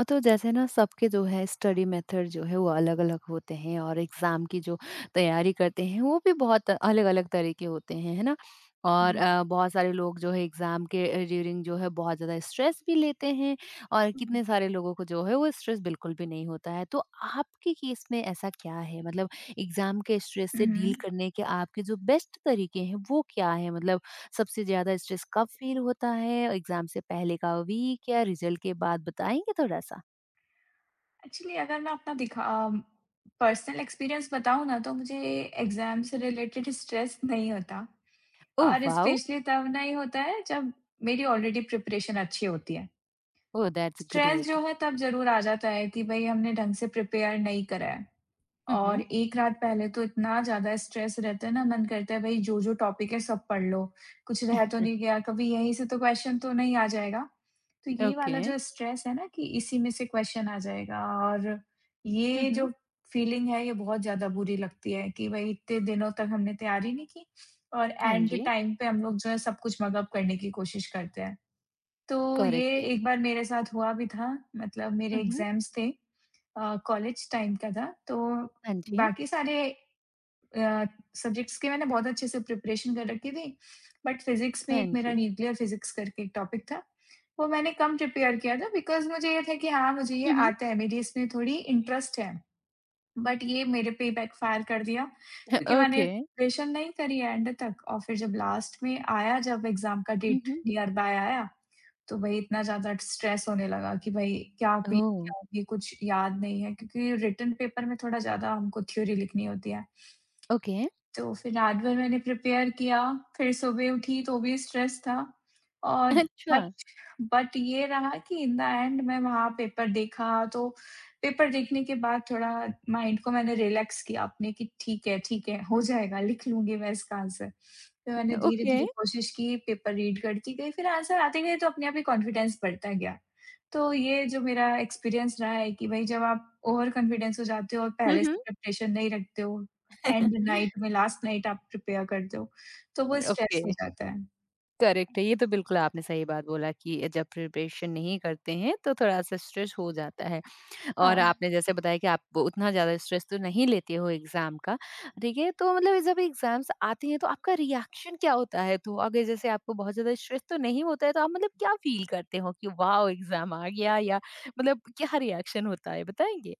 तो जैसे ना सबके जो है स्टडी मेथड जो है वो अलग-अलग होते हैं और एग्ज़ाम की जो तैयारी करते हैं वो भी बहुत अलग-अलग तरह के होते हैं, है ना? और जी। बहुत सारे लोग जो है एग्ज़ाम के ड्यूरिंग जो है बहुत ज़्यादा स्ट्रेस भी लेते हैं और हुँ। कितने सारे लोगों को जो है वो स्ट्रेस बिल्कुल भी नहीं होता है। तो आपके केस में ऐसा क्या है? मतलब एग्ज़ाम के स्ट्रेस से हुँ। डील करने के आपके जो बेस्ट तरीके हैं वो क्या हैं? मतलब सबसे ज्यादा स्ट्रेस कब फील होता है एग्जाम से पहले का वीक या रिजल्ट के बाद बताएंगे थोड़ा सा। एक्चुअली अगर मैं अपना पर्सनल एक्सपीरियंस बताऊँ ना तो मुझे एग्ज़ाम से रिलेटेड स्ट्रेस नहीं होता। ओह और वाओ। स्पेशली तब नहीं होता है जब मेरी ऑलरेडी प्रिपरेशन अच्छी होती है। ओह दैट्स स्ट्रेस जो ग्रेट। है तब ज़रूर आ जाता है कि भई हमने ढंग से प्रिपेयर नहीं करा है। और हम्म। एक रात पहले तो इतना ज़्यादा स्ट्रेस रहता है ना, मन करता है भई जो-जो टॉपिक है सब पढ़ लो, कुछ रह तो नहीं गया, कभी यहीं से तो क्वेश्चन तो नहीं आ जाएगा। तो ये ओके। वाला जो स्ट्रेस है ना कि इसी में से क्वेश्चन आ जाएगा और ये हम्म। जो फीलिंग है ये बहुत ज़्यादा बुरी लगती है कि भई इतने दिनों तक हमने तैयारी नहीं की और हाँ एंड जी। टाइम पे हम लोग जो है सब कुछ मग अप करने की कोशिश करते हैं। तो करेक्ट ये है। एक बार मेरे साथ हुआ भी था, मतलब मेरे हम्म। एग्ज़ाम्स थे, कॉलेज टाइम का था, तो हाँ जी। बाकी सारे अ, सब्जेक्ट्स की मैंने बहुत अच्छे से प्रिपरेशन कर रखी थी, बट फिज़िक्स में हाँ एक मेरा जी। न्यूक्लियर फिज़िक्स करके एक टॉपिक था, वो मैंने कम प्रिपेयर किया था बिकॉज़ मुझे ये था कि हाँ, मुझे ये हम्म। आता है, मेरी इसमें थोड़ी इंटरेस्ट है, बट ये मेरे पे बैकफ़ायर कर दिया क्योंकि मैंने ओके। प्रिपरेशन नहीं करी है एंड तक, और फिर जब लास्ट में आया, जब एग्ज़ाम का डेट हम्म। नियर बाय आया, तो भाई इतना ज़्यादा स्ट्रेस होने लगा कि भाई ओह। क्या होगी, कुछ याद नहीं है, क्योंकि रिटन पेपर में थोड़ा ज़्यादा हमको थ्योरी लिखनी होती है। ओके। तो फिर रात भर मैंने प्रिपेयर किया, फिर सुबह उठी तो भी स्ट्रेस था, और अच्छा। बट बट ये रहा कि इन द एंड मैं वहाँ पेपर देखा, तो पेपर देखने के बाद थोड़ा माइंड को मैंने रिलैक्स किया अपने कि ठीक है, हो जाएगा, लिख लूँगी मैं इसका आंसर। फिर मैंने ओके। धीरे-धीरे कोशिश की, पेपर रीड करती गई, फिर आंसर आते गए तो अपने आप ही कॉन्फिडेंस बढ़ता गया। तो ये जो मेरा एक्सपीरियंस रहा है कि भई जब आप ओवर कॉन्फिडेंस हो जाते हो और पहले हम्म। से प्रिपरेशन नहीं रखते हो, एंड नाइट में लास्ट नाइट आप प्रिपेयर कर दो, तो वो स्ट्रेस ओके। हो जाता है। करेक्ट है, ये तो बिल्कुल आपने सही बात बोला कि जब प्रिपरेशन नहीं करते हैं तो थोड़ा सा स्ट्रेस हो जाता है। और हाँ। आपने जैसे बताया कि आप वो उतना ज़्यादा स्ट्रेस तो नहीं लेते हो एग्ज़ाम का, ठीक है? तो मतलब जब एग्ज़ाम्स आते हैं तो आपका रिएक्शन क्या होता है? तो अगर जैसे आपको बहुत ज़्यादा स्ट्रेस तो नहीं होता है तो आप मतलब क्या फ़ील करते हो कि वॉव! एग्ज़ाम आ गया या मतलब क्या रिएक्शन होता है, बताएँगे?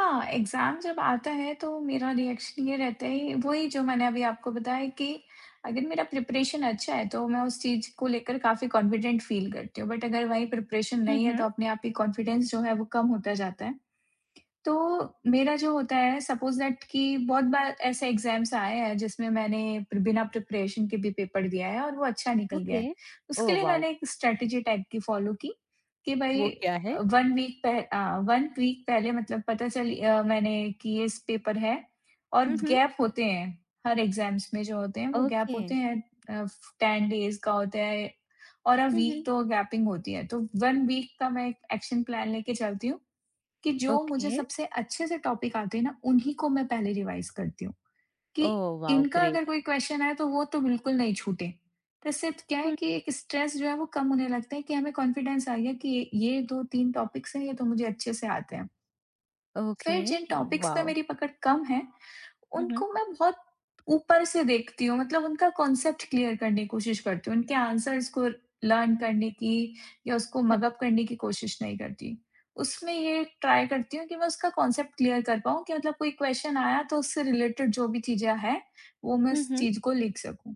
हाँ, एग्ज़ाम जब आता है तो मेरा रिएक्शन ये रहता है, वही जो मैंने अभी आपको बताया कि अगर मेरा प्रिपरेशन अच्छा है तो मैं उस चीज़ को लेकर काफ़ी कॉन्फिडेंट फ़ील करती हूँ, बट अगर वही प्रिपरेशन हुँ, नहीं है हुँ। तो अपने आप ही कॉन्फिडेंस जो है वो कम होता जाता है। तो मेरा जो होता है सपोज़ दैट कि बहुत बार ऐसे एग्ज़ाम्स आए हैं जिसमें मैंने प्र बिना प्रिपरेशन के भी पेपर दिया है और वो अच्छा निकल गया ओके। है। उसके ओह लिए वाओ! मैंने एक स्ट्रैटेजी टाइप की फ़ॉलो की कि भई वो क्या है? 1 वीक 1 वीक पहले मतलब पता चली, मैंने कि ये इस पेपर है और हुँ, हुँ। गैप होते हैं। हर एग्ज़ाम्स में जो होते हैं वो गैप ओके। होते हैं, अ, 10 डेज़ का होता है और अ हुँ, वीक हुँ। तो गैपिंग होती है। तो 1 वीक का मैं एक एक्शन प्लान लेके चलती हूँ कि जो मुझे ओके। सबसे अच्छे से टॉपिक आते हैं ना, उन्हीं को मैं पहले रिवाइज़ करती हूँ, कि ओह वाओ! इनका अगर ग्रेट। कोई क्वेश्चन आए तो वो तो बिल्कुल नहीं छूटे। तो इससे क्या है हुँ। कि एक स्ट्रेस जो है वो कम होने लगता है कि हमें कॉन्फिडेंस आ गया कि ये 2-3 टॉपिक्स हैं, ये तो मुझे अच्छे से आते हैं। ओके, फिर जिन टॉपिक्स पे वाओ! मेरी पकड़ कम है, हुँ, हुँ। उनको मैं बहुत ऊपर से देखती हूँ, मतलब उनका कॉन्सेप्ट क्लियर करने की कोशिश करती हूँ। उनके आंसर्स को लर्न करने की या उसको मग अप करने की कोशिश नहीं करती। उसमें ये ट्राई करती हूँ कि मैं उसका कॉन्सेप्ट क्लियर कर पाऊँ कि मतलब कोई क्वेश्चन आया तो उससे रिलेटेड जो भी चीज़ें हैं, वो मैं हुँ, उस हुँ। चीज़ को लिख सकूँ।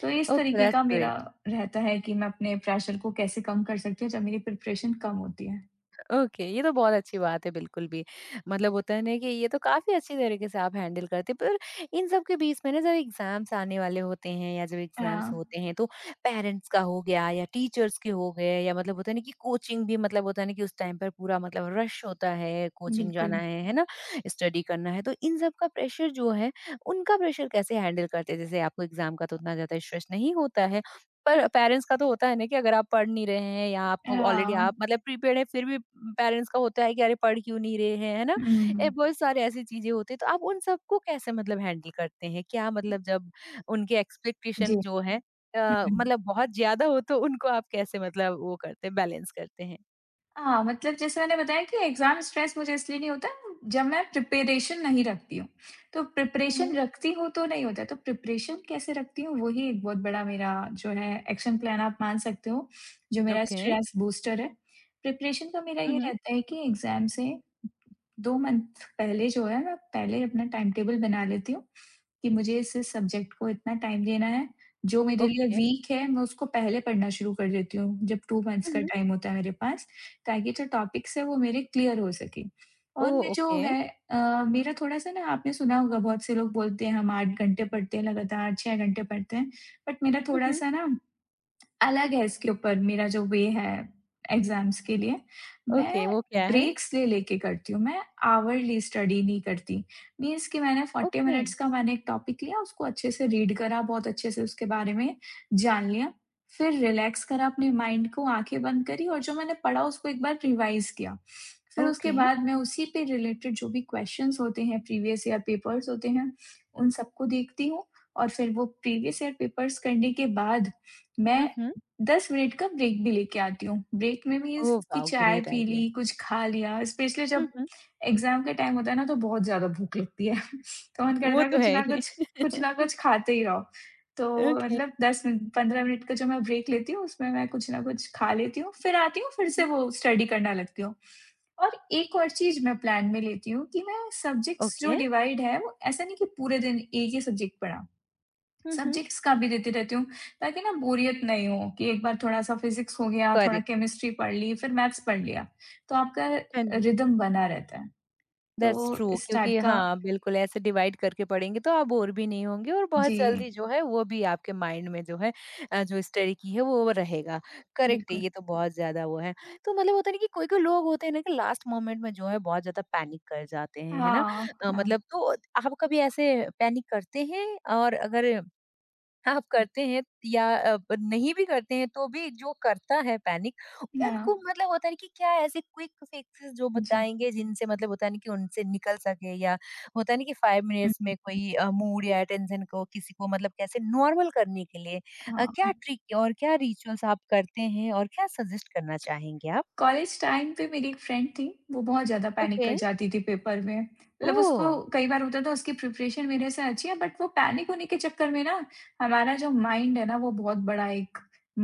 तो इस ओके, तरीके का दैट्स मेरा ग्रेट। रहता है कि मैं अपने प्रेशर को कैसे कम कर सकती हूँ जब मेरी प्रिपरेशन कम होती है। ओके, ये तो बहुत अच्छी बात है बिल्कुल भी। मतलब होता है ना कि ये तो काफी अच्छी तरीके से आप हैंडल करते हैं, पर इन सब के बीच में ना जब एग्जाम्स आने वाले होते हैं या जब एग्जाम्स हाँ, होते हैं तो पेरेंट्स का हो गया या टीचर्स के हो गए या मतलब होता है ना कि कोचिंग भी, मतलब होता है ना कि उस टाइम पर पूरा मतलब रश होता है, कोचिंग जाना बिल्कुल। है ना, स्टडी करना है, तो इन सब का प्रेशर जो है उनका प्रेशर कैसे हैंडल करते हैं? जैसे आपको एग्जाम का तो उतना ज्यादा स्ट्रेस नहीं होता है, पर पेरेंट्स का तो होता है ना कि अगर आप पढ़ नहीं रहे हैं या आपको ऑलरेडी हाँ। आप मतलब प्रीपेड है फिर भी पेरेंट्स का होता है कि अरे पढ़ क्यों नहीं रहे हैं, है ना? हुँ, हुँ, हुँ। बहुत सारे ऐसी चीजें होती है तो आप उन सबको कैसे मतलब हैंडल करते हैं? क्या मतलब जब उनके जी। एक्सपेक्टेशन जो है हुँ, हुँ। मतलब बहुत ज्यादा हो तो उनको आप कैसे मतलब वो करते हैं, बैलेंस करते हैं? हाँ, मतलब जैसे मैंने बताया कि एग्ज़ाम स्ट्रेस मुझे इसलिए नहीं होता जब मैं प्रिपरेशन नहीं रखती हूँ। तो प्रिपरेशन मम्म। रखती हूँ तो नहीं होता है, तो प्रिपरेशन कैसे रखती हूँ वही एक बहुत बड़ा मेरा जो है एक्शन प्लान, आप मान सकते हो, जो मेरा ओके। स्ट्रेस बूस्टर है। प्रिपरेशन का मेरा ये मम्म। रहता है कि एग्ज़ाम से 2 मंथ पहले जो है मैं पहले अपना टाइम टेबल बना लेती हूँ। कि मुझे इस सब्जेक्ट को इतना टाइम देना है, जो मेरे लिए ओके। वीक है मैं उसको पहले पढ़ना शुरू कर देती हूँ, जब 2 मंथ्स का मम्म। टाइम होता है मेरे पास, ताकि जो टॉपिक्स हैं वो मेरे क्लियर हो सकें। ओ और मैं जो ओके। है, मेरा थोड़ा-सा ना आपने सुना होगा, बहुत से लोग बोलते हैं हम 8 घंटे पढ़ते हैं लगातार, 6 घंटे पढ़ते हैं, बट मेरा मम्म। थोड़ा-सा ना अलग है, इसके ऊपर मेरा जो वे है एग्ज़ाम्स के लिए। ओके मैं वो क्या है? ब्रेक्स ले लेके करती हूँ, मैं आवरली स्टडी नहीं करती। मीन्स कि मैंने 40 ओके। मिनट्स का मैंने एक टॉपिक लिया, उसको अच्छे से रीड करा, बहुत अच्छे से उसके बारे में जान लिया। फिर रिलैक्स करा अपने माइंड को, आँखें बंद करी और जो मैंने पढ़ा उसको एक बार रिवाइज़ किया। फिर उसके ओके। बाद मैं उसी पे रिलेटेड जो भी क्वेश्चन्स होते हैं, प्रीवियस ईयर पेपर्स होते हैं, उन सबको देखती हूँ और फिर वो प्रीवियस ईयर पेपर्स करने के बाद मैं मम्म। 10 मिनट का ब्रेक भी लेके आती हूँ। ब्रेक में भी ओ इस कि वाओ, चाय ग्रेट पी आइडिया। ली, कुछ खा लिया, स्पेशली जब एग्ज़ाम का टाइम होता है ना, तो बहुत ज़्यादा भूख लगती है। तो मन करता वो है तो है ही। कुछ ना कुछ खाते ही रहो। तो ओके। मतलब 10 मिन 15 मिनट का जो मैं ब्रेक लेती हूँ, उसमें मैं कुछ ना कुछ खा लेती हूँ, फिर आती हूँ, फिर से हुँ, वो स्टडी करने लगती हूँ। और एक और चीज़ मैं प्लान में लेती हूँ कि मैं सब्जेक्ट्स ओके। जो हुँ। डिवाइड है, वो ऐसा नहीं कि पूरे दिन एक ही सब्जेक्ट पढ़ा। हुँ, हुँ। सब्जेक्ट्स का भी देती रहती हूँ, ताकि ना बोरियत नहीं हो, कि एक बार थोड़ा-सा फिज़िक्स हो गया, थोड़ा करेक्ट। केमिस्ट्री पढ़ ली, फिर मैथ्स पढ़ लिया। तो आपका हाँ जी। रिदम बना रहता है। दैट्स तो ट्रू, इस टाइप क्योंकि का। हाँ, बिल्कुल ऐसे डिवाइड करके पढ़ेंगे तो आप बोर भी नहीं होंगे और जी, बहुत जल्दी जो है वो भी आपके माइंड में जो है जो स्टडी की है वो रहेगा। करेक्ट है, बिल्कुल। ये तो बहुत ज़्यादा वो है। तो मतलब होता है ना कि कोई-कोई लोग होते हैं ना कि लास्ट मोमेंट में जो है बहुत ज़्यादा पैनिक कर जाते हैं, है ना? हाँ, हाँ। मतलब तो आप कभी ऐसे पैनिक करते हैं? और अगर आप करते हैं या अ, ब नहीं भी करते हैं तो भी जो करता है पैनिक, हाँ, उनको मतलब होता है कि क्या ऐसे क्विक फिक्सेस जो जी। बताएँगे जिनसे मतलब होता है ना कि उनसे निकल सके? या होता है ना कि 5 हुँ, मिनट्स में हुँ। कोई मूड या टेंशन को किसी को मतलब कैसे नॉर्मल करने के लिए हाँ। क्या ट्रिक और क्या रिचुअल्स आप करते हैं और क्या सजेस्ट करना चाहेंगे आप? कॉलेज टाइम पे मेरी एक फ्रेंड थी, वो बहुत ज़्यादा पैनिक ओके। कर जाती थी पेपर में। मतलब ओह! उसको कई बार होता था उसकी प्रिपरेशन मेरे से अच्छी है बट वो पैनिक होने के चक्कर में ना, हमारा जो माइंड है ना वो बहुत बड़ा एक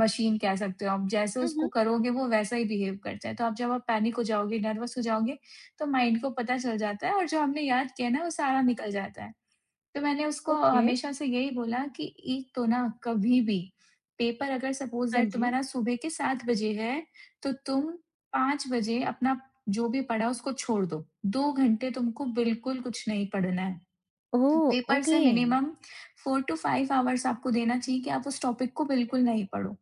मशीन कह सकते हो आप। जैसे हुँ, उसको हुँ। करोगे वो वैसा ही बिहेव करता है। तो आप जब आप पैनिक हो जाओगे, नर्वस हो जाओगे, तो माइंड को पता चल जाता है और जो हमने याद किया है ना वो सारा निकल जाता है। तो मैंने उसको ओके। हमेशा से यही बोला कि एक तो ना कभी भी पेपर, अगर सपोज़ हाँ दैट जी। तुम्हारा सुबह के 7 बजे है, तो तुम 5 बजे अपना जो भी पढ़ा उसको छोड़ दो। 2 घंटे तुमको बिल्कुल कुछ नहीं पढ़ना है। ओह! पेपर से ओके। मिनिमम 4 टू 5 आवर्स आपको देना चाहिए कि आप उस टॉपिक को बिल्कुल नहीं पढ़ो।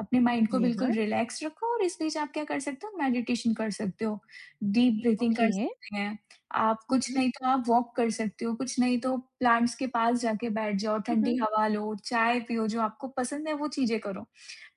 अपने माइंड को जी बिल्कुल हाँ। रिलैक्स रखो और इस बीच आप क्या कर सकते हो, मेडिटेशन कर सकते हो, डीप ब्रीथिंग ओके। कर सकते हैं। आप हुँ, कुछ हुँ। नहीं तो आप वॉक कर सकते हो, कुछ नहीं तो प्लांट्स के पास जाके बैठ जाओ, हुँ, ठंडी हुँ। हवा लो, चाय पियो, जो आपको पसंद है वो चीज़ें करो।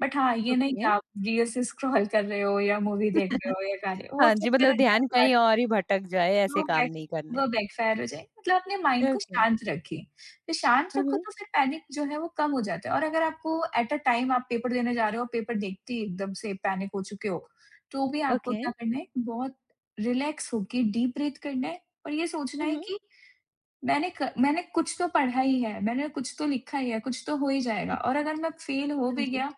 बट हाँ, ये नहीं ओके। कि आप रील्स स्क्रॉल कर रहे हो या मूवी देख रहे हो या गाने, वो हाँ तो जी, फिर मतलब ध्यान कहीं और ही भटक जाए, ऐसे वो काम नहीं करने। बैकफ़ायर हो जाएगी, मतलब अपने माइंड को ओके। शांत रखिए। तो शांत हुँ, रखो हुँ। तो फिर पैनिक जो है वो कम हो जाता है। और अगर आपको एट अ टाइम आप पेपर देने जा रहे हो, पेपर देखते ही एकदम से पैनिक हो चुके हो, तो भी आपको ओके। क्या करना है, बहुत रिलैक्स होके डीप ब्रीथ करना है और ये सोचना हुँ, है हुँ। कि मैंने कुछ तो पढ़ा ही है, मैंने कुछ तो लिखा ही है, कुछ तो हो ही जाएगा और अगर मैं फेल हो हाँ भी जी, गया,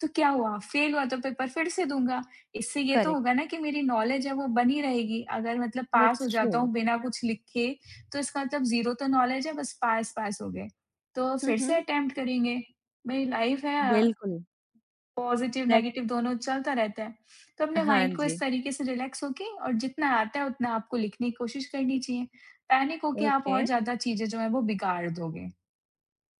तो क्या हुआ? फेल हुआ तो पेपर फिर से दूँगा। इससे ये तो करेक्ट। होगा ना कि मेरी नॉलेज है वो बनी रहेगी। अगर मतलब पास हो दैट्स ट्रू। जाता हूँ बिना कुछ लिखे, तो इसका मतलब ज़ीरो तो नॉलेज है बस पास-पास हो गए। तो हुँ, फिर से हुँ। अटेम्प्ट करेंगे। मेरी लाइफ़ है बिल्कुल। पॉज़िटिव, दैट नेगेटिव दोनों चलता रहता है। तो अपने हाँ माइंड को इस जी, तरीके से रिलैक्स होके और जितना आता है उतना आपको लिखने की कोशिश करनी चाहिए। पैनिक होके आप ओके। और ज़्यादा चीज़ें जो हैं वो बिगाड़ दोगे।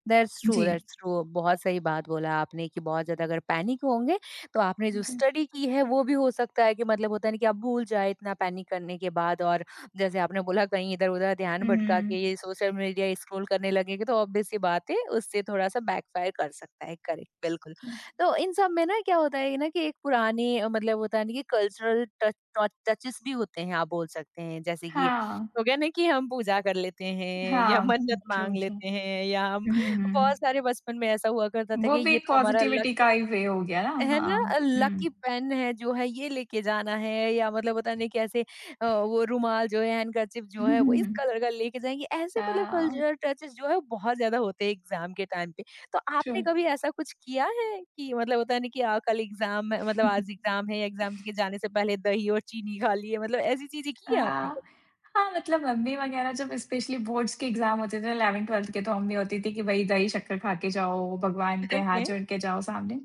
दैट्स ट्रू, जी, दैट्स ट्रू। बहुत सही बात बोला आपने कि बहुत ज़्यादा अगर पैनिक होंगे, तो आपने जो जी। स्टडी की है, वो भी हो सकता है कि मतलब होता है ना कि आप भूल जाएँ इतना पैनिक करने के बाद। और जैसे आपने बोला कहीं इधर-उधर ध्यान भटका हुँ, के ये सोशल मीडिया स्क्रॉल करने लगेंगे, तो ऑब्वियस सी बात है, उससे थोड़ा-सा बैकफायर कर सकता है। करेक्ट, बिल्कुल। हुँ। तो इन सब में ना क्या होता है ना कि एक पुराने मतलब होता है ना कि कल्चरल टच टॉच टचेस भी होते हैं, आप बोल सकते हैं। जैसे कि हाँ, हो गया ना कि हम पूजा कर लेते हैं या हाँ। मन्नत ट्रू, माँग ट्रू। लेते हैं या हम हुँ, बहुत सारे बचपन में ऐसा हुआ करता था वो कि भी ये तो हमारा लक पॉज़िटिविटी है का ही वे हो गया ना। है ना, हाँ। हुँ। लकी पेन है जो है ये लेके जाना है या मतलब पता नहीं कैसे वो रुमाल जो है हैंडकरचिप जो है वो इस कलर का लेके जाएंगे, ऐसे मतलब हाँ, कल्चरल टचेस जो है वो बहुत ज्यादा होते हैं एग्जाम के टाइम पे। तो ट्रू। आपने कभी ऐसा कुछ किया है कि मतलब होता नहीं कि कल एग्जाम है, मतलब आज एग्जाम है, एग्जाम के जाने से पहले दही और चीनी खा लिए, मतलब ऐसी चीजें की है आपने हाँ, कभी? हाँ, मतलब मम्मी वगैरह जब स्पेशली बोर्ड्स के एग्ज़ाम होते थे 11th-12th के, तो मम्मी होती थी कि भई दही शक्कर खा के जाओ, भगवान के हाथ ओके। जोड़ के जाओ सामने।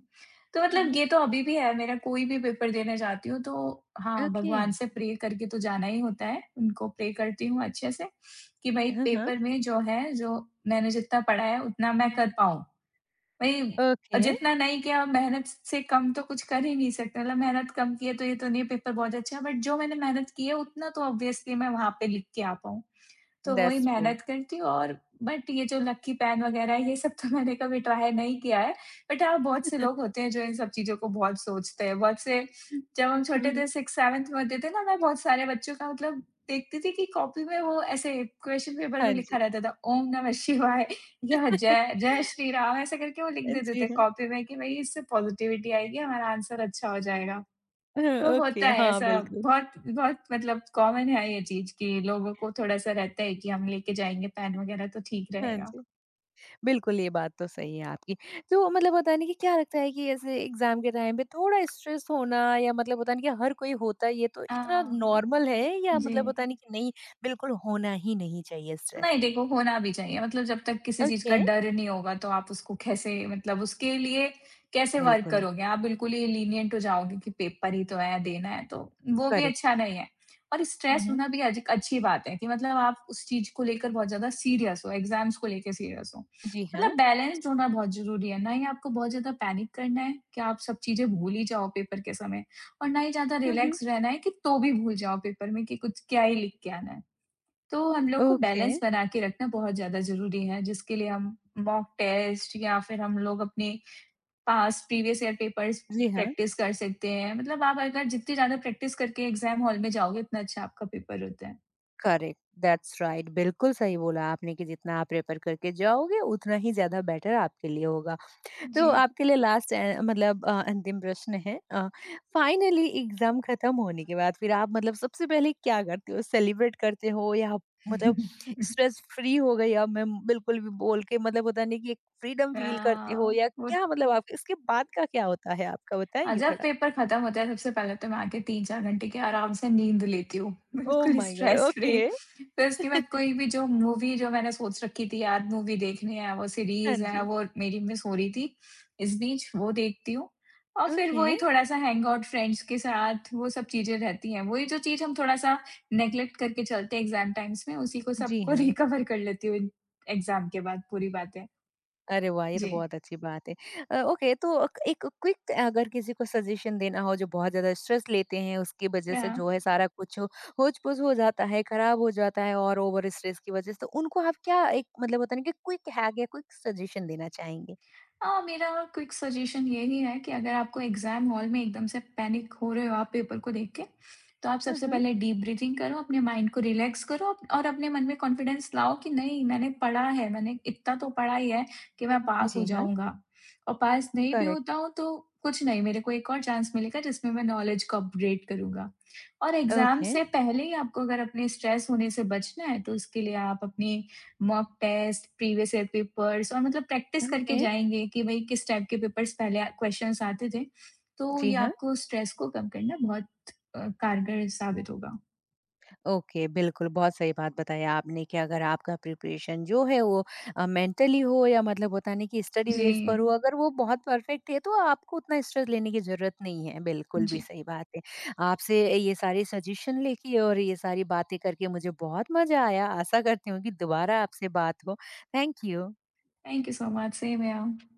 तो मतलब मम्हम, ये तो अभी भी है, मेरा कोई भी पेपर देने जाती हूँ तो हाँ, ओके। भगवान से प्रे करके तो जाना ही होता है, उनको प्रे करती हूँ अच्छे से कि भई हाँ हाँ। पेपर में जो है, जो मैंने जितना पढ़ा है उतना मैं कर पाऊँ। वही ओके। जितना नहीं किया मेहनत से कम तो कुछ कर ही नहीं सकते मतलब मेहनत कम की है तो ये तो नहीं है पेपर बहुत अच्छा है बट जो मैंने मेहनत की है उतना तो ऑब्वियसली मैं वहाँ पे लिख के आ पाऊँ। तो वही दैट्स ट्रू। मेहनत करती हूँ और बट ये जो लकी पेन वग़ैरह है, ये सब तो मैंने कभी ट्राई नहीं किया है। बट हाँ, बहुत से लोग होते हैं जो इन सब चीज़ों को बहुत सोचते हैं। बहुत से जब हम छोटे थे 6th-7th में होते थे ना, मैं बहुत सारे बच्चों का मतलब देखती थी कि कॉपी में वो ऐसे क्वेश्चन पेपर में हाँ लिखा जी। रहता था ओम नमः शिवाय या जय जय श्री राम ऐसे करके वो लिख देते जी थे हाँ। कॉपी में कि भई इससे पॉज़िटिविटी आएगी, हमारा आंसर अच्छा हो जाएगा। तो हाँ, ओके, होता है हाँ, ऐसा बिल्कुल। बहुत बहुत मतलब कॉमन है ये चीज़ कि लोगों को थोड़ा-सा रहता है कि हम लेके जाएँगे पेन वगैरह तो ठीक हाँ रहेगा। जी, बिल्कुल ये बात तो सही है आपकी। तो मतलब होता है ना कि क्या लगता है कि ऐसे एग्ज़ाम के टाइम पे थोड़ा स्ट्रेस होना, या मतलब होता है ना कि हर कोई होता है, ये तो इतना हाँ, हाँ। नॉर्मल है, या जी। मतलब होता नहीं कि नहीं, बिल्कुल होना ही नहीं चाहिए स्ट्रेस? नहीं देखो, होना भी चाहिए मतलब जब तक किसी चीज़ का ओके, डर नहीं होगा तो आप उसको कैसे मतलब उसके लिए कैसे वर्क बिल्कुल, करोगे? आप बिल्कुल ही लीनिएंट हो जाओगे कि पेपर ही तो है, देना है तो वो भी करेक्ट। अच्छा नहीं है। और हुँ, स्ट्रेस हुँ। होना भी आज एक अच्छी बात है कि मतलब आप उस चीज़ को लेकर बहुत ज़्यादा सीरियस हो, एग्ज़ाम्स को लेके सीरियस हो। जी हाँ। मतलब बैलेंस्ड होना बहुत ज़रूरी है, ना ही आपको बहुत ज़्यादा पैनिक करना है कि आप सब चीज़ें भूल ही जाओ पेपर के समय और ना ही ज़्यादा हुँ, हुँ। रिलैक्स रहना है कि तो भी भूल जाओ पेपर में कि कुछ क्या ही लिख के आना है। तो हम लोग को ओके, बैलेंस बना के रखना बहुत ज़्यादा ज़रूरी है, जिसके लिए हम मॉक टेस्ट या फिर हम लोग अपने पास प्रीवियस ईयर पेपर्स जी हाँ, प्रैक्टिस कर सकते हैं। मतलब आप अगर जितनी ज़्यादा प्रैक्टिस करके एग्ज़ाम हॉल में जाओगे, उतना अच्छा आपका पेपर होता है। Correct, that's right. बिल्कुल सही बोला आपने कि जितना आप प्रेफ़र करके जाओगे, उतना ही ज़्यादा बेटर आपके लिए होगा। तो जी। आपके लिए लास्ट मतलब अंतिम प्रश्न है। फाइनली एग्जाम खत्म होने के बाद फिर आप मतलब सबसे पहले क्या करते हो, सेलिब्रेट करते हो या मतलब स्ट्रेस फ्री हो गई अब मैं बिल्कुल भी, बोल के मतलब होता नहीं कि एक फ्रीडम अ, फील करते हो, या वो क्या मतलब आप इसके बाद का क्या होता है आपका, हाँ, बताएंगे जब थोड़ा? पेपर खत्म होता है सबसे पहले तो मैं आके 3-4 घंटे की आराम से नींद लेती हूँ, ओ बिल्कुल my god, stress okay. Free. फिर उसके बाद कोई भी जो मूवी जो मैंने सोच रखी थी यार मूवी देखनी है, वो हाँ सीरीज़ है जी। वो मेरी मिस हो रही थी इस बीच, वो देखती हूँ। और फिर ओके। वही थोड़ा-सा हैंग आउट फ्रेंड्स के साथ वो सब चीज़ें रहती हैं। वही जो चीज़ हम थोड़ा-सा नेगलेक्ट करके चलते हैं एग्ज़ाम टाइम्स में उसी को जी सबको हाँ। रिकवर कर लेती हूँ एग्ज़ाम के बाद पूरी बातें। अरे वाह! ये तो जी। बहुत अच्छी बात है। ओके, तो एक क्विक, अगर किसी को सजेशन देना हो जो बहुत ज़्यादा स्ट्रेस लेते हैं, उसकी वजह अ से जो है सारा कुछ होच-पोच हो जाता है, खराब हो जाता है और ओवर स्ट्रेस की वजह से, तो उनको आप क्या एक मतलब होता है ना कि क्विक हैक या क्विक सजेशन देना चाहेंगे? हाँ, मेरा क्विक सजेशन यही है कि अगर आपको एग्ज़ाम हॉल में एकदम से पैनिक हो रहे हो आप पेपर को देख के, तो आप हुँ, सबसे हुँ। पहले डीप ब्रीथिंग करो, अपने माइंड को रिलैक्स करो और अपने मन में कॉन्फिडेंस लाओ कि नहीं मैंने पढ़ा है, मैंने इतना तो पढ़ा ही है कि मैं पास हो जी हाँ, जाऊँगा। और पास नहीं भी करेक्ट। होता हूँ तो कुछ नहीं, मेरे को एक और चांस मिलेगा जिसमें मैं नॉलेज को अपग्रेड करूँगा। और एग्ज़ाम ओके, से पहले ही आपको अगर अपने स्ट्रेस होने से बचना है, तो उसके लिए आप अपनी mock test, previous year papers और मतलब प्रैक्टिस करके ओके। जाएँगे कि भई किस टाइप के पेपर्स पहले क्वेश्चंस आते थे। तो जी ये हाँ। आपको स्ट्रेस को कम करना बहुत कारगर साबित होगा। ओके, बिल्कुल, बहुत सही बात बताई आपने कि अगर आपका प्रिपरेशन जो है वो मेंटली हो या मतलब होता नहीं कि स्टडी बेस पर जी, हो, अगर वो बहुत परफेक्ट है तो आपको उतना स्ट्रेस लेने की ज़रूरत नहीं है, बिल्कुल भी जी। सही बात है। आपसे ये सारे सजेशन लेके और ये सारी बातें करके मुझे बहुत मज़ा आया, आशा करती हूँ कि दोबारा आपसे बात हो। Thank you. Thank you so much. Same here.